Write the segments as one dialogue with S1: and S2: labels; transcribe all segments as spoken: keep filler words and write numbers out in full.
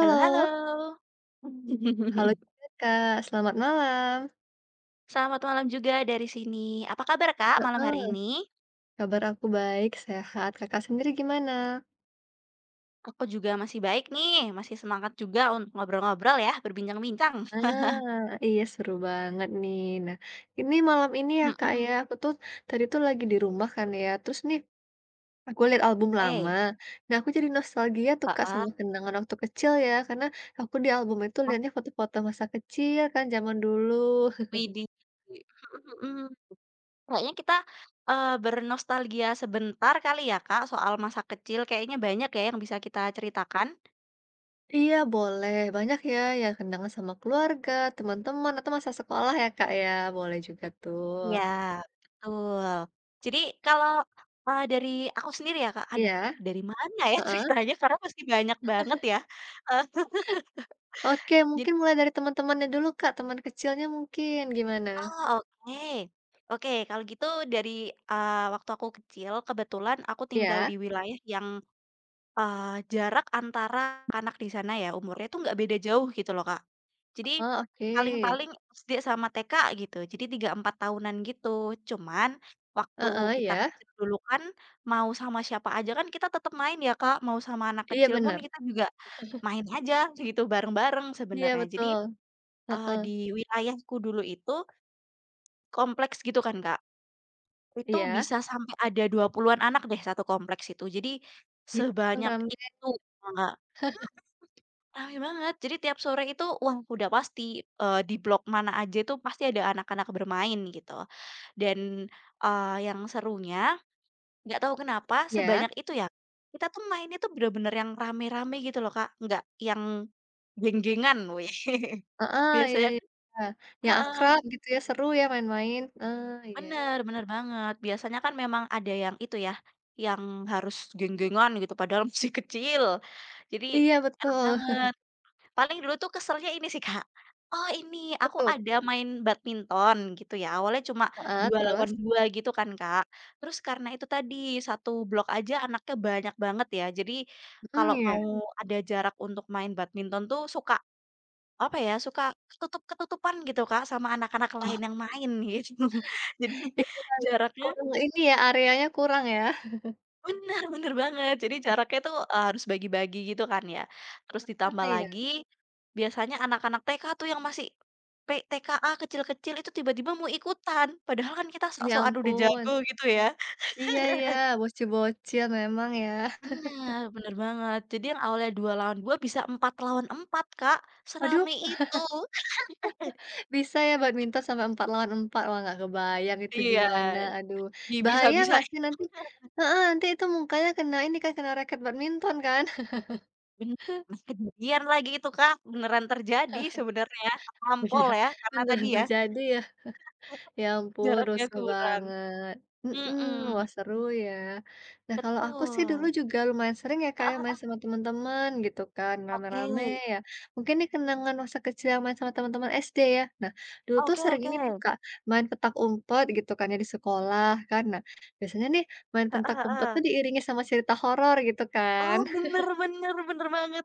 S1: Halo halo.
S2: halo juga, Kak, selamat malam.
S1: Selamat malam juga dari sini. Apa kabar, Kak, malam hari
S2: Heeh,
S1: ini?
S2: kabar aku baik, sehat. Kakak sendiri gimana?
S1: Aku juga masih baik nih, masih semangat juga untuk ngobrol-ngobrol ya, berbincang-bincang.
S2: Ah, iya seru banget nih. Nah, ini malam ini ya Kak ya,
S1: Mhm.
S2: aku tuh tadi tuh lagi di rumah kan ya, terus nih aku lihat album lama.
S1: Eh,
S2: Nah, aku jadi nostalgia tuh Kak
S1: heeh.
S2: sama kenangan waktu kecil ya, karena aku di album itu
S1: Oh,
S2: lihatnya foto-foto masa kecil kan zaman dulu.
S1: widih. Mhm mhm. Kayaknya kita, eee, bernostalgia sebentar kali ya, Kak, soal masa kecil. Kayaknya banyak ya yang bisa kita ceritakan?
S2: Iya boleh, banyak ya yang kenangan sama keluarga, teman-teman, atau masa sekolah ya Kak ya, boleh juga tuh.
S1: Iya, betul. Jadi kalau, eee, dari aku sendiri ya, Kak, aduh,
S2: Iya?
S1: dari mana ya
S2: Heeh.
S1: ceritanya karena masih banyak banget ya, eee,
S2: Oke
S1: jadi
S2: mungkin mulai dari teman-temannya dulu Kak, teman kecilnya mungkin, gimana?
S1: oh oke. Oke kalau gitu dari, eee, waktu aku kecil kebetulan aku tinggal
S2: Iya?
S1: di wilayah yang Eee, jarak antara anak di sana ya, umurnya tuh nggak beda jauh gitu loh, Kak. Jadi,
S2: Heeh, oke.
S1: paling-paling S D sama T K gitu, jadi tiga empat tahunan gitu. Cuman, waktu
S2: Heeh,
S1: kita
S2: ya.
S1: kecil dulu kan, mau sama siapa aja kan kita tetap main ya, Kak, mau sama anak
S2: Iya
S1: kecil pun
S2: benar,
S1: kita juga main aja gitu, bareng-bareng
S2: iya
S1: sebenarnya. Jadi,
S2: betul,
S1: eee,
S2: heeh,
S1: di wilayahku dulu itu, kompleks gitu kan, Kak, itu
S2: iya.
S1: bisa sampai ada dua puluhan-an anak deh, satu kompleks itu. Jadi,
S2: Ya ampun
S1: sebanyak
S2: rame,
S1: itu, Kak. Rame banget, jadi tiap sore itu uang udah pasti, eee, di blok mana aja itu pasti ada anak-anak bermain gitu. Dan, eee, yang serunya, nggak tahu kenapa
S2: iya,
S1: sebanyak itu ya, kita tuh mainnya tuh bener-bener yang rame-rame gitu loh Kak, nggak yang geng-gengan weh.
S2: heeh, iya
S1: Biasanya kan
S2: iya, yang
S1: heeh,
S2: akrab gitu ya, seru ya main-main, ah iya.
S1: bener bener banget. Biasanya kan memang ada yang itu ya, yang harus geng-gengan gitu padahal masih kecil. Jadi
S2: Iya
S1: enak
S2: betul,
S1: banget. Paling dulu tuh keselnya ini sih, Kak, oh ini aku
S2: betul,
S1: ada main badminton gitu ya, awalnya cuma
S2: heeh,
S1: dua
S2: terus?
S1: lawan dua gitu kan, Kak. Terus karena itu tadi, satu blok aja anaknya banyak banget ya, jadi
S2: Hmm,
S1: kalau
S2: iya.
S1: mau ada jarak untuk main badminton tuh suka, apa ya, suka ketutup-ketutupan gitu, Kak, sama anak-anak
S2: Oh.
S1: lain yang main gitu. Jadi jaraknya
S2: Kurang ini ya, areanya kurang ya?
S1: Bener bener banget. Jadi jaraknya tuh, eee, harus bagi-bagi gitu kan ya. Terus ditambah
S2: Mana ya?
S1: lagi, biasanya anak-anak T K tuh yang masih P T K A kecil-kecil itu tiba-tiba mau ikutan, padahal kan kita
S2: Ya
S1: sok-sokan udah
S2: ampun.
S1: jago gitu ya.
S2: Iya ya, bocil-bocil memang ya.
S1: Bener bener banget. Jadi yang awalnya dua lawan dua bisa empat lawan empat Kak,
S2: Aduh,
S1: serame itu.
S2: bisa ya badminton sampai empat lawan empat, wah nggak kebayang itu
S1: Iya,
S2: gimana, aduh. Bahaya nggak
S1: dibisa-bisain.
S2: sih nanti, heeh, nanti itu mukanya kena ini kan, kena raket badminton kan?
S1: Bener, pas kejadian lagi itu, Kak, beneran terjadi sebenarnya, terlampau
S2: Iya.
S1: ya, karena tadi
S2: Beneran
S1: ya,
S2: terjadi ya. Ya ampun,
S1: jaraknya
S2: rusuh
S1: kurang.
S2: banget. Mhm,
S1: Mhm,
S2: wah seru ya. Nah kalau aku sih dulu
S1: betul,
S2: juga lumayan sering ya
S1: heeh
S2: kayak main
S1: heeh,
S2: sama teman-teman gitu kan,
S1: oke,
S2: rame-rame ya. Mungkin nih kenangan masa kecil yang main sama teman-teman es de ya. Nah, dulu tuh
S1: oke
S2: sering
S1: oke,
S2: ini tuh
S1: heeh
S2: Kak, main petak umpet gitu kan ya di sekolah kan. Nah, biasanya nih main petak umpet
S1: heeh,
S2: tuh diiringi sama cerita horor gitu kan.
S1: oh bener bener bener banget,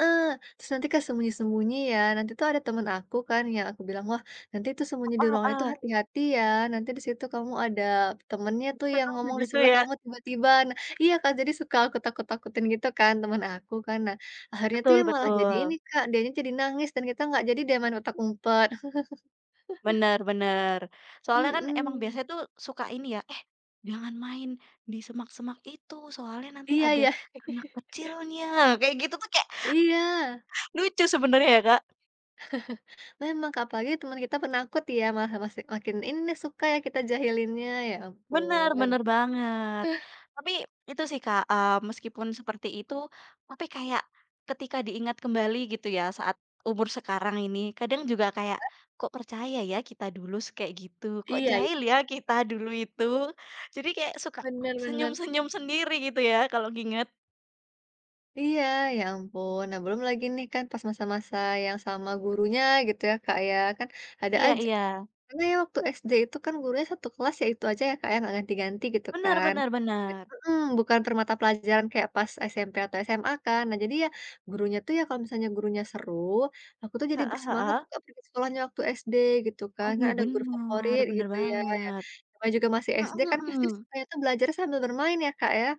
S2: Eee, Terus nanti kayak sembunyi-sembunyi ya, nanti tuh ada temen aku kan yang aku bilang, "Wah, nanti tuh sembunyi di
S1: heeh
S2: ruangan itu
S1: heeh,
S2: hati-hati ya, nanti di situ kamu ada temennya tuh yang
S1: memang
S2: ngomong di
S1: begitu
S2: sebelah
S1: ya,
S2: kamu tiba-tiba." Nah iya Kak, jadi suka aku takut-takutin gitu kan temen aku kan. Nah, akhirnya tuh
S1: betul
S2: ya malah jadi ini
S1: betul,
S2: Kak, dianya jadi nangis dan kita nggak jadi dia main utak umpet.
S1: bener bener, soalnya kan emang
S2: Mhm.
S1: biasanya tuh suka ini ya, "Eh, jangan main di semak-semak itu soalnya nanti
S2: Iya
S1: ada
S2: ya
S1: anak kecilnya," kayak gitu tuh kayak
S2: iya,
S1: lucu sebenarnya ya, Kak.
S2: memang Kak, apalagi teman kita penakut ya, malah masih makin ini nih suka ya kita jahilinnya, ya
S1: Bener
S2: ampun.
S1: bener banget. Tapi itu sih Kak, eee, meskipun seperti itu, tapi kayak ketika diingat kembali gitu ya saat umur sekarang ini, kadang juga kayak, "Kok percaya ya kita dulu s kayak gitu? Kok
S2: Iya, iya,
S1: jahil ya kita dulu itu?" Jadi kayak suka
S2: bener bener.
S1: senyum-senyum sendiri gitu ya kalau nginget.
S2: Iya, ya ampun. Nah, belum lagi nih kan pas masa-masa yang sama gurunya gitu ya, Kak, ya. Kan ada
S1: Iya
S2: aja
S1: iya.
S2: karena ya waktu es de itu kan gurunya satu kelas ya itu aja ya, Kak, ya, nggak ganti-ganti gitu
S1: benar
S2: kan.
S1: benar
S2: Ya,
S1: benar
S2: mhm, bukan per mata pelajaran kayak pas es em pe atau es em a kan. Nah, jadi ya gurunya tuh ya kalau misalnya gurunya seru, aku tuh jadi
S1: Heeh
S2: bersemangat
S1: heeh.
S2: tuh Kak, pergi sekolahnya waktu es de gitu kan. Kan
S1: Aduh
S2: ada guru
S1: bener,
S2: favorit
S1: bener
S2: gitu ya, ya.
S1: banget.
S2: Namanya juga masih es de
S1: Mhm
S2: kan pasti
S1: mhm.
S2: sukanya tuh belajar sambil bermain ya, Kak, ya.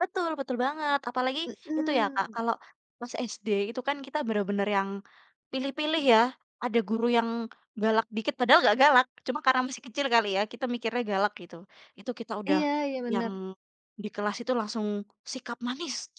S1: Betul betul banget, apalagi itu ya Kak,
S2: Mhm.
S1: kalau pas S D itu kan kita bener-bener yang pilih-pilih ya, ada guru yang galak dikit padahal nggak galak, cuma karena masih kecil kali ya, kita mikirnya galak gitu. Itu kita udah
S2: Iya iya, bener.
S1: yang di kelas itu langsung sikap manis,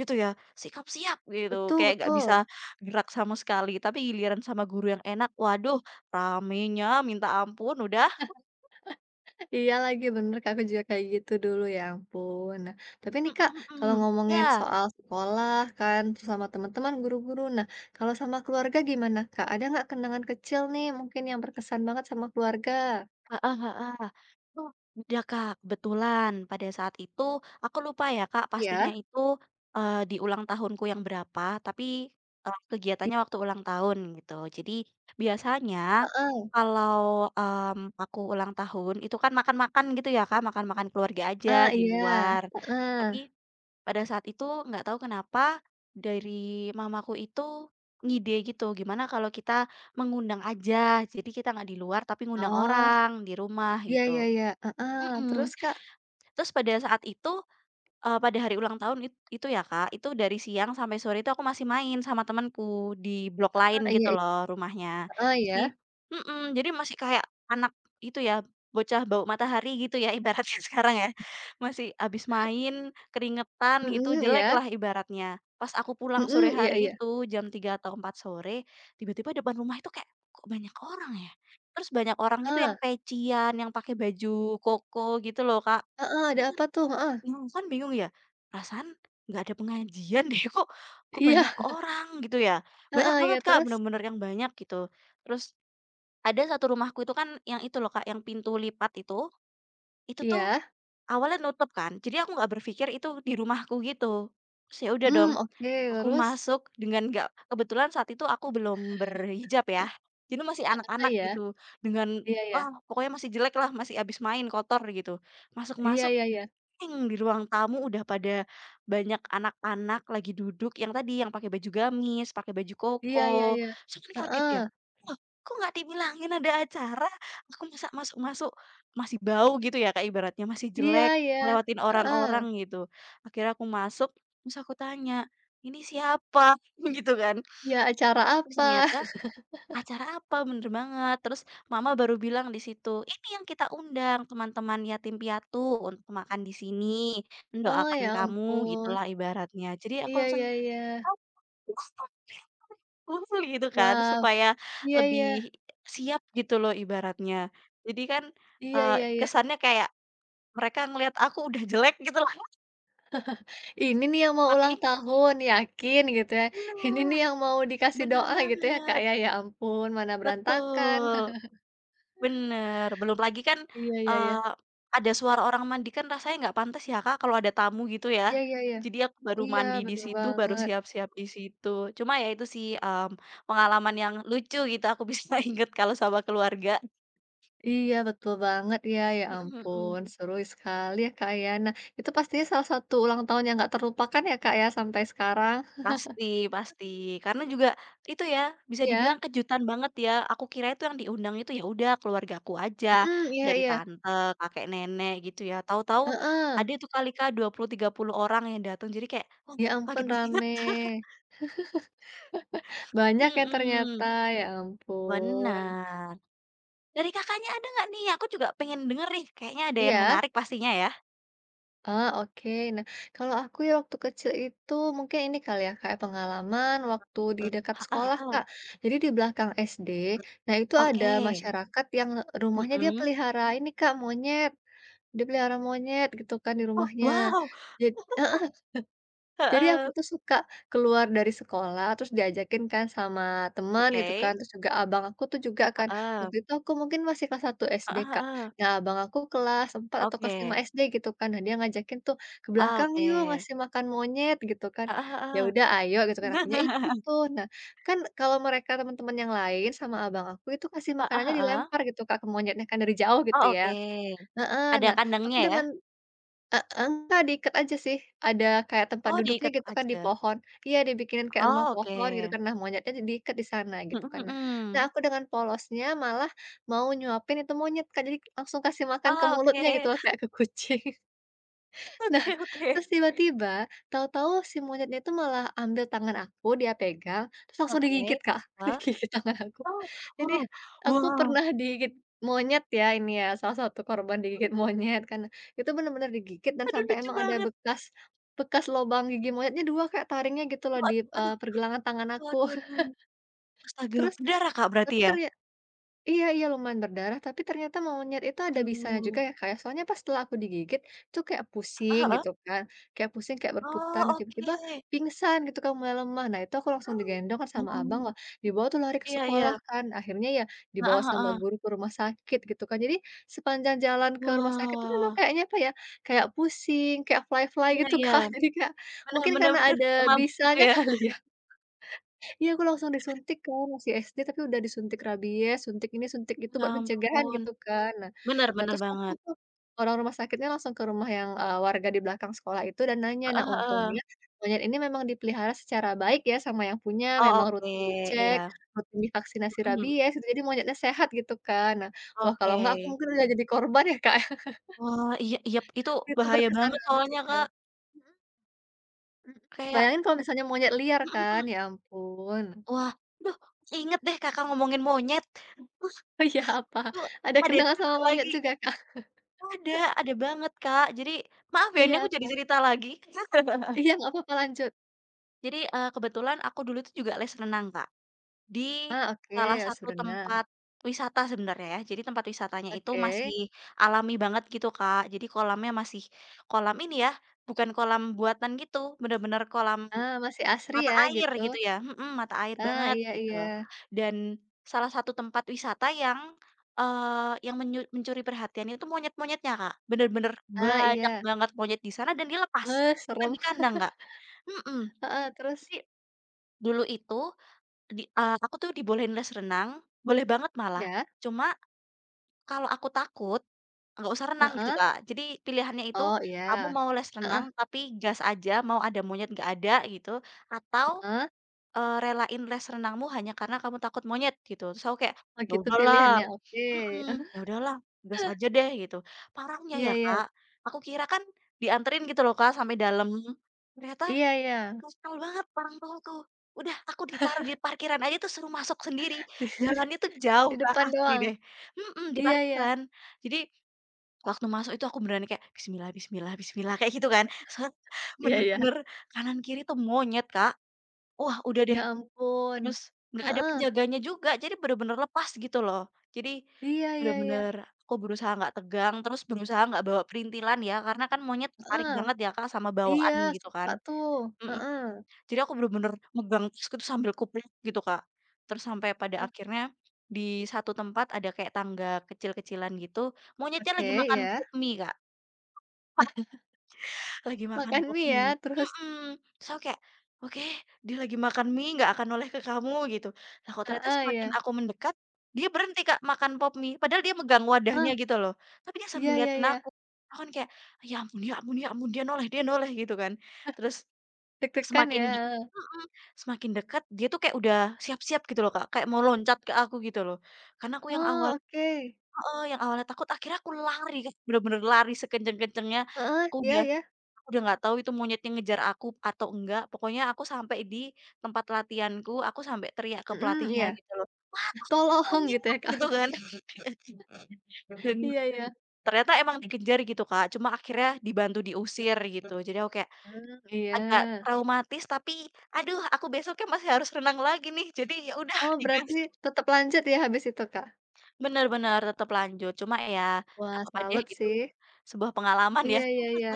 S1: gitu ya, sikap siap gitu,
S2: Betul
S1: kayak nggak bisa
S2: betul.
S1: gerak sama sekali, tapi giliran sama guru yang enak, waduh, ramenya minta ampun udah
S2: Iya lagi, bener Kak, aku juga kayak gitu dulu, ya ampun. Nah, tapi nih Kak,
S1: mhm
S2: kalau
S1: mhm,
S2: ngomongin
S1: iya.
S2: soal sekolah kan, terus sama teman-teman, guru-guru, nah kalau sama keluarga gimana Kak? Ada nggak kenangan kecil nih mungkin yang berkesan banget sama keluarga?
S1: Heeh heeh. Oh, udah Kak, kebetulan pada saat itu aku lupa ya Kak pastinya
S2: Iya.
S1: itu, eee, di ulang tahunku yang berapa, tapi, eee,
S2: I
S1: kegiatannya waktu ulang tahun gitu. Jadi biasanya
S2: heeh.
S1: kalau, mmm, aku ulang tahun itu kan makan-makan gitu ya Kak, makan-makan keluarga aja
S2: Ah,
S1: di
S2: iya,
S1: luar. Tapi
S2: heeh.
S1: pada saat itu nggak tahu kenapa dari mamaku itu ngide gitu, gimana kalau kita mengundang aja, jadi kita nggak di luar tapi ngundang
S2: Oh,
S1: orang di rumah
S2: iya iya
S1: gitu.
S2: iya, heeh. Terus
S1: Mhm,
S2: Kak?
S1: terus pada saat itu Eee, pada hari ulang tahun it itu ya, Kak, itu dari siang sampai sore itu aku masih main sama temenku di blok
S2: Ah,
S1: lain
S2: iya
S1: gitu
S2: iya,
S1: loh rumahnya.
S2: heeh, ya.
S1: Jadi mhm, jadi masih kayak anak itu ya, bocah bau matahari gitu ya ibaratnya sekarang ya. Masih habis main, keringetan gitu,
S2: Mhm,
S1: jelek
S2: iya.
S1: lah ibaratnya. Pas aku pulang sore
S2: Mhm, iya
S1: hari
S2: iya.
S1: itu jam tiga atau empat sore, tiba-tiba depan rumah itu kayak, "Kok banyak orang ya?" Terus banyak orang itu yang
S2: Heeh,
S1: pecian, yang pakai baju koko gitu loh, Kak.
S2: heeh, ada apa tuh? Heeh.
S1: Mhm, kan bingung ya, "Perasaan nggak ada pengajian deh, kok kok banyak
S2: Iya,
S1: orang?" gitu ya. Banyak
S2: heeh, iya
S1: banget, Kak,
S2: terus?
S1: bener-bener yang banyak gitu. Terus ada satu rumahku itu kan yang itu loh, Kak, yang pintu lipat itu, itu tuh
S2: Iya.
S1: awalnya nutup kan, jadi aku nggak berpikir itu di rumahku gitu. Terus ya udah dong,
S2: Mmm, oke,
S1: aku
S2: terus?
S1: masuk dengan nggak kebetulan saat itu aku belum berhijab ya, jadi masih
S2: Heeh,
S1: anak-anak
S2: iya.
S1: gitu, dengan
S2: Iya
S1: wah
S2: iya.
S1: pokoknya masih jelek lah, masih abis main, kotor gitu.
S2: Iya
S1: Masuk-masuk
S2: iya iya.
S1: Eng di ruang tamu udah pada banyak anak-anak lagi duduk yang tadi, yang pakai baju gamis, pakai baju
S2: Iya
S1: koko.
S2: iya iya.
S1: Terus kan kaget
S2: Heeh.
S1: ya, "Loh, kok nggak dibilangin ada acara? Aku masa masuk-masuk masih bau," gitu ya, kayak ibaratnya, masih
S2: Iya
S1: jelek,
S2: iya.
S1: lewatin
S2: Heeh.
S1: orang-orang gitu. Akhirnya aku masuk, terus aku tanya, "Ini siapa?" Gitu kan.
S2: Ya acara
S1: Terus
S2: apa?
S1: ternyata acara apa? Bener banget. Terus mama baru bilang di situ, "Ini yang kita undang teman-teman yatim piatu untuk makan di sini,
S2: Oh,
S1: mendoakan
S2: ya
S1: kamu,"
S2: ampun.
S1: gitulah ibaratnya. Jadi aku
S2: Iya
S1: langsung
S2: iya iya.
S1: "Oh, cool," gitu kan,
S2: Wow.
S1: supaya
S2: Iya iya.
S1: lebih siap gitu loh ibaratnya. Jadi kan,
S2: Iya
S1: eee,
S2: iya iya.
S1: kesannya kayak mereka ngelihat aku udah jelek gitu loh,
S2: Ini nih yang mau ulang
S1: tapi
S2: tahun, yakin gitu ya. Ini
S1: nah,
S2: nih yang mau dikasih
S1: bener
S2: doa gitu ya, Kak,
S1: banget,
S2: ya. Ya ampun, mana berantakan.
S1: betul. Bener, belum lagi kan,
S2: Iya iya iya.
S1: eee, ada suara orang mandi kan rasanya nggak pantes ya, Kak, kalau ada tamu gitu ya.
S2: Iya iya iya.
S1: Jadi aku baru
S2: Iya,
S1: mandi di
S2: bener
S1: situ, baru
S2: banget.
S1: siap-siap di situ. Cuma ya itu sih, mmm, pengalaman yang lucu gitu aku bisa inget kalau sama keluarga.
S2: Iya, betul banget ya. Ya
S1: Mhm
S2: ampun,
S1: mhm.
S2: seru sekali ya, Kak, ya. Nah, itu pastinya salah satu ulang tahun yang nggak terlupakan ya, Kak, ya, sampai sekarang?
S1: Pasti pasti, karena juga itu ya, bisa
S2: Iya?
S1: dibilang kejutan banget ya, aku kira itu yang diundang itu ya udah keluarga aku aja,
S2: Mhm, iya
S1: dari
S2: iya.
S1: tante, kakek nenek gitu ya, tahu-tahu
S2: Heeh.
S1: ada itu kali Kak dua puluh tiga puluh orang yang datang jadi kayak, wah
S2: Ya
S1: kaget
S2: ampun,
S1: banget,
S2: rame. Banyak ya ternyata,
S1: mhm,
S2: ya ampun.
S1: bener. Dari Kakaknya ada nggak nih? Aku juga pengen denger nih, kayaknya ada yang
S2: Iya?
S1: menarik pastinya ya?
S2: Ah oke. Nah, kalau aku ya waktu kecil itu mungkin ini kali ya, Kak, ya, pengalaman waktu di dekat sekolah,
S1: Heeh,
S2: Kak. Jadi di belakang es de, nah itu ada
S1: oke,
S2: masyarakat yang rumahnya dia
S1: mhm,
S2: pelihara ini, Kak, monyet. Dipelihara monyet gitu kan di
S1: oh
S2: rumahnya.
S1: wow,
S2: Jad heeh, jadi aku
S1: heeh,
S2: tuh suka keluar dari sekolah, terus diajakin kan sama teman
S1: oke,
S2: gitu kan, terus juga abang aku tuh juga kan,
S1: heeh,
S2: waktu itu aku mungkin masih kelas satu es de,
S1: heeh
S2: Kak.
S1: heeh,
S2: Nah, abang aku kelas empat atau kelas lima
S1: oke.
S2: es de gitu kan. Nah, dia ngajakin tuh, "Ke
S1: Oh,
S2: belakang yuk
S1: oke.
S2: ngasih makan monyet," gitu kan.
S1: Heeh
S2: Ya
S1: heeh.
S2: udah ayo gitu kan, akunya ikut
S1: Iya.
S2: tuh. Nah, kan kalau mereka teman-teman yang lain sama abang aku itu kasih
S1: Heeh
S2: makanannya
S1: heeh.
S2: dilempar gitu, Kak, ke monyetnya kan dari jauh gitu
S1: Oh,
S2: ya.
S1: oke.
S2: Heeh,
S1: Ada
S2: nah aku
S1: kandangnya ya?
S2: dengan heeh, enggak diikat aja sih, ada kayak tempat
S1: Oh,
S2: duduknya
S1: diketok
S2: gitu kan di
S1: aja.
S2: pohon. Iya dibikinin kayak rumah
S1: Oh,
S2: pohon gitu
S1: oke.
S2: kan, nah monyetnya di diikat di sana gitu
S1: Mhm
S2: kan. Nah nah
S1: mhm.
S2: aku dengan polosnya malah mau nyuapin itu monyet Kak, jadi langsung kasih makan ke
S1: Oh,
S2: mulutnya gitu
S1: oke.
S2: loh kayak ke kucing.
S1: Oke oke.
S2: Terus tiba-tiba, tahu-tahu si monyetnya itu malah ambil tangan aku, dia pegang, terus langsung
S1: Oke.
S2: digigit, Kak.
S1: Wah,
S2: Digigit tangan aku.
S1: oh,
S2: Jadi,
S1: wow
S2: aku
S1: wow.
S2: pernah digigit monyet ya ini ya, salah satu korban digigit monyet kan. Itu benar-benar digigit dan
S1: Aduh
S2: sampai
S1: lucu
S2: emang ada
S1: banget.
S2: bekas bekas lobang gigi monyetnya dua kayak taringnya gitu loh
S1: Aduh
S2: di,
S1: aduh
S2: eee,
S1: aduh
S2: pergelangan tangan
S1: aduh
S2: aku.
S1: aduh aduh. Astaga,
S2: Terus
S1: berdarah, Kak, berarti
S2: tapi
S1: ya?
S2: ternyata iya iya lumayan berdarah, tapi ternyata monyet itu ada bisanya
S1: Aduh.
S2: juga ya, Kak, ya. Soalnya pas setelah aku digigit, tuh kayak
S1: Heeh
S2: pusing
S1: heeh.
S2: gitu kan, kayak pusing, kayak berputar,
S1: Oh,
S2: nah tiba-tiba
S1: oke.
S2: pingsan gitu kan, mulai lemah. Nah itu aku langsung
S1: Oh.
S2: digendong kan sama abang,
S1: Wow.
S2: wah dibawa tuh lari ke
S1: Iya iya.
S2: sekolah kan, akhirnya ya dibawa
S1: Heeh
S2: sama
S1: heeh.
S2: guru ke rumah sakit gitu kan. Jadi sepanjang jalan ke rumah sakit tuh memang
S1: Wah.
S2: kayaknya apa ya, kayak pusing, kayak fly-fly
S1: Iya
S2: gitu,
S1: iya.
S2: kan. Jadi kayak
S1: Bener
S2: mungkin
S1: bener
S2: karena
S1: bener,
S2: ada
S1: kayak mabuk gitu
S2: bisanya
S1: ya?
S2: kali ya. Iya, aku langsung disuntik kan, masih es de tapi udah disuntik rabies, suntik ini, suntik itu
S1: Ya
S2: buat pencegahan
S1: ampun,
S2: gitu kan. Nah
S1: bener
S2: nah
S1: bener
S2: terus aku
S1: banget,
S2: tuh orang rumah sakitnya langsung ke rumah yang, eee, warga di belakang sekolah itu dan nanya. Nah
S1: heeh heeh.
S2: untungnya monyet ini memang dipelihara secara baik ya sama yang punya,
S1: Oh
S2: memang
S1: oke,
S2: rutin dicek,
S1: iya,
S2: rutin divaksinasi
S1: mhm,
S2: rabies gitu, jadi monyetnya sehat gitu kan. Nah, wah kalau
S1: oke.
S2: enggak aku mungkin udah jadi korban ya, Kak.
S1: Wah, iya iya, itu
S2: Itu
S1: bahaya
S2: berkesan
S1: banget
S2: banget sih,
S1: soalnya Kak,
S2: Kak. Mhm mhm.
S1: kayak
S2: Bayangin kalau misalnya monyet liar
S1: mhm
S2: kan, ya
S1: mhm.
S2: ampun.
S1: Wah, aduh keinget deh Kakak ngomongin monyet,
S2: Oh iya apa?
S1: aku tuh
S2: Ada
S1: ada
S2: kenangan
S1: cerita
S2: sama monyet
S1: lagi
S2: juga Kak?
S1: ada ada banget Kak, jadi maaf ya
S2: Iya
S1: ini aku jadi
S2: apa?
S1: cerita lagi.
S2: Iya nggak apa-apa lanjut.
S1: Jadi, eee, kebetulan aku dulu tuh juga les renang Kak. Di
S2: Ah, oke,
S1: salah
S2: harus
S1: satu
S2: berenang.
S1: tempat wisata sebenarnya ya, jadi tempat wisatanya itu
S2: Oke.
S1: masih alami banget gitu, Kak. Jadi kolamnya masih kolam ini ya, bukan kolam buatan gitu, bener-bener kolam
S2: Ah, masih asri
S1: mata
S2: ya
S1: air
S2: gitu.
S1: gitu ya, mhm, mata air
S2: Ah,
S1: banget
S2: iya
S1: gitu.
S2: iya.
S1: Dan salah satu tempat wisata yang, eee, yang menyu mencuri perhatian itu monyet-monyetnya, Kak. Bener-bener
S2: Ah,
S1: banyak
S2: iya.
S1: banget monyet di sana dan dilepas,
S2: Eh,
S1: bukan
S2: serem.
S1: di kandang, Kak, mhm.
S2: Heeh, terus?
S1: Jadi dulu itu di eee, aku tuh dibolehin les renang, boleh banget malah.
S2: Ya.
S1: Cuma kalau aku takut, nggak usah renang gitu,
S2: Heeh.
S1: Kak. Jadi pilihannya itu
S2: Oh
S1: kamu
S2: iya.
S1: mau les renang
S2: Heeh
S1: tapi gas aja, mau ada monyet nggak ada gitu, atau,
S2: heeh.
S1: eee, relain les renangmu hanya karena kamu takut monyet gitu. Terus aku kayak,
S2: Oh
S1: "Ya
S2: gitu
S1: udahlah"
S2: pilihannya, oke.
S1: mhm, "ya udahlah, gas aja deh" gitu. Parahnya
S2: Iya
S1: ya,
S2: iya.
S1: Kak, aku kira kan dianterin gitu loh, Kak, sampai dalam, ternyata
S2: Iya iya.
S1: kesel banget orang tua tuh. Udah aku ditaruh di parkiran aja tuh suruh masuk sendiri. Jalannya tuh jauh
S2: Di
S1: Kak,
S2: depan
S1: asli
S2: doang.
S1: deh. Mhm, di
S2: Iya iya.
S1: parkiran. Jadi waktu masuk itu aku beneran kayak, "Bismillah bismillah bismillah," kayak gitu kan. Set,
S2: Iya iya.
S1: bener-bener kanan kiri tuh monyet Kak. Wah udah
S2: Ya
S1: deh,
S2: ampun.
S1: terus nggak ada
S2: Heeh.
S1: penjaganya juga, jadi bener-bener lepas gitu loh. Jadi
S2: Iya iya iya.
S1: bener-bener aku berusaha nggak tegang, terus berusaha nggak bawa perintilan ya, karena kan monyet tarik
S2: Heeh.
S1: banget ya Kak sama
S2: Iya
S1: bawaan gitu kan.
S2: suka tuh.
S1: Mhm.
S2: Heeh.
S1: Jadi aku bener-bener megang tasku tuh sambil kupluk gitu, Kak. Terus sampai pada akhirnya di satu tempat ada kayak tangga kecil-kecilan gitu, monyetnya lagi
S2: Oke,
S1: makan
S2: ya.
S1: pop mie, Kak. Lagi makan
S2: Makan
S1: pop
S2: mie ya,
S1: mie,
S2: terus
S1: mhm. Terus aku kayak, "Oke, dia lagi makan mie, nggak akan noleh ke kamu," gitu. Lah kok ternyata
S2: heeh, ya,
S1: semakin aku mendekat, dia berhenti, Kak, makan pop mie. Padahal dia megang
S2: ah
S1: wadahnya gitu loh, tapi dia sambil
S2: iya iya
S1: liatin
S2: iya.
S1: aku. Aku kan kayak, "Ya ampun ya ampun ya ampun, dia noleh dia noleh," gitu kan. Terus
S2: Deg-degan
S1: semakin
S2: ya,
S1: deket
S2: heeh.
S1: mhm, semakin dekat dia tuh kayak udah siap-siap gitu loh, Kak, kayak mau loncat ke aku gitu loh. Karena aku yang awal
S2: Oh, oke.
S1: heeh, yang awalnya takut akhirnya aku lari, Kak, bener-bener lari sekenceng-kencengnya.
S2: Heeh,
S1: Aku
S2: iya
S1: udah
S2: iya.
S1: aku udah nggak tahu itu monyetnya ngejar aku atau enggak, pokoknya aku sampai di tempat latihanku, aku sampai teriak ke
S2: Mhm,
S1: pelatihnya
S2: iya.
S1: gitu loh,
S2: Tolong
S1: "Monyet!"
S2: gitu ya, Kak.
S1: gitu kan. Dan
S2: Iya iya.
S1: ternyata emang dikejar gitu, Kak, cuma akhirnya dibantu diusir gitu. Jadi aku kayak
S2: Mmm, iya.
S1: agak traumatis tapi, aduh aku besoknya masih harus renang lagi nih, jadi ya udah
S2: Oh,
S1: digas.
S2: berarti tetap lanjut ya habis itu, Kak?
S1: Bener bener, tetap lanjut, cuma ya nggak
S2: Wah,
S1: apa-apa deh
S2: salut
S1: itu
S2: sih.
S1: sebuah pengalaman
S2: Iya
S1: ya.
S2: iya iya.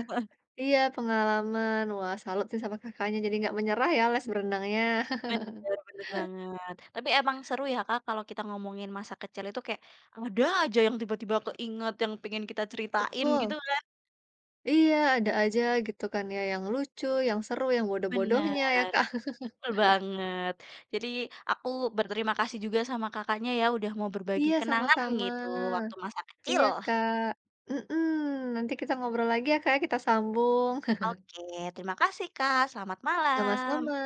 S2: Iya, pengalaman. Wah, salut sih sama Kakaknya jadi nggak menyerah ya les berenangnya.
S1: Bener bener banget. Tapi emang seru ya Kak kalau kita ngomongin masa kecil itu kayak ada aja yang tiba-tiba keinget yang pengen kita ceritain
S2: Betul.
S1: gitu kan.
S2: Iya, ada aja gitu kan ya yang lucu, yang seru, yang bodoh-bodohnya ya,
S1: Bener,
S2: Kak.
S1: betul banget. Jadi aku berterima kasih juga sama Kakaknya ya udah mau berbagi
S2: Iya,
S1: kenangan
S2: sama-sama.
S1: gitu waktu masa kecil.
S2: Iya, Kak. Mhm, nanti kita ngobrol lagi ya, Kak, ya, kita sambung.
S1: Oke, terima kasih Kak, selamat malam.
S2: Sama-sama.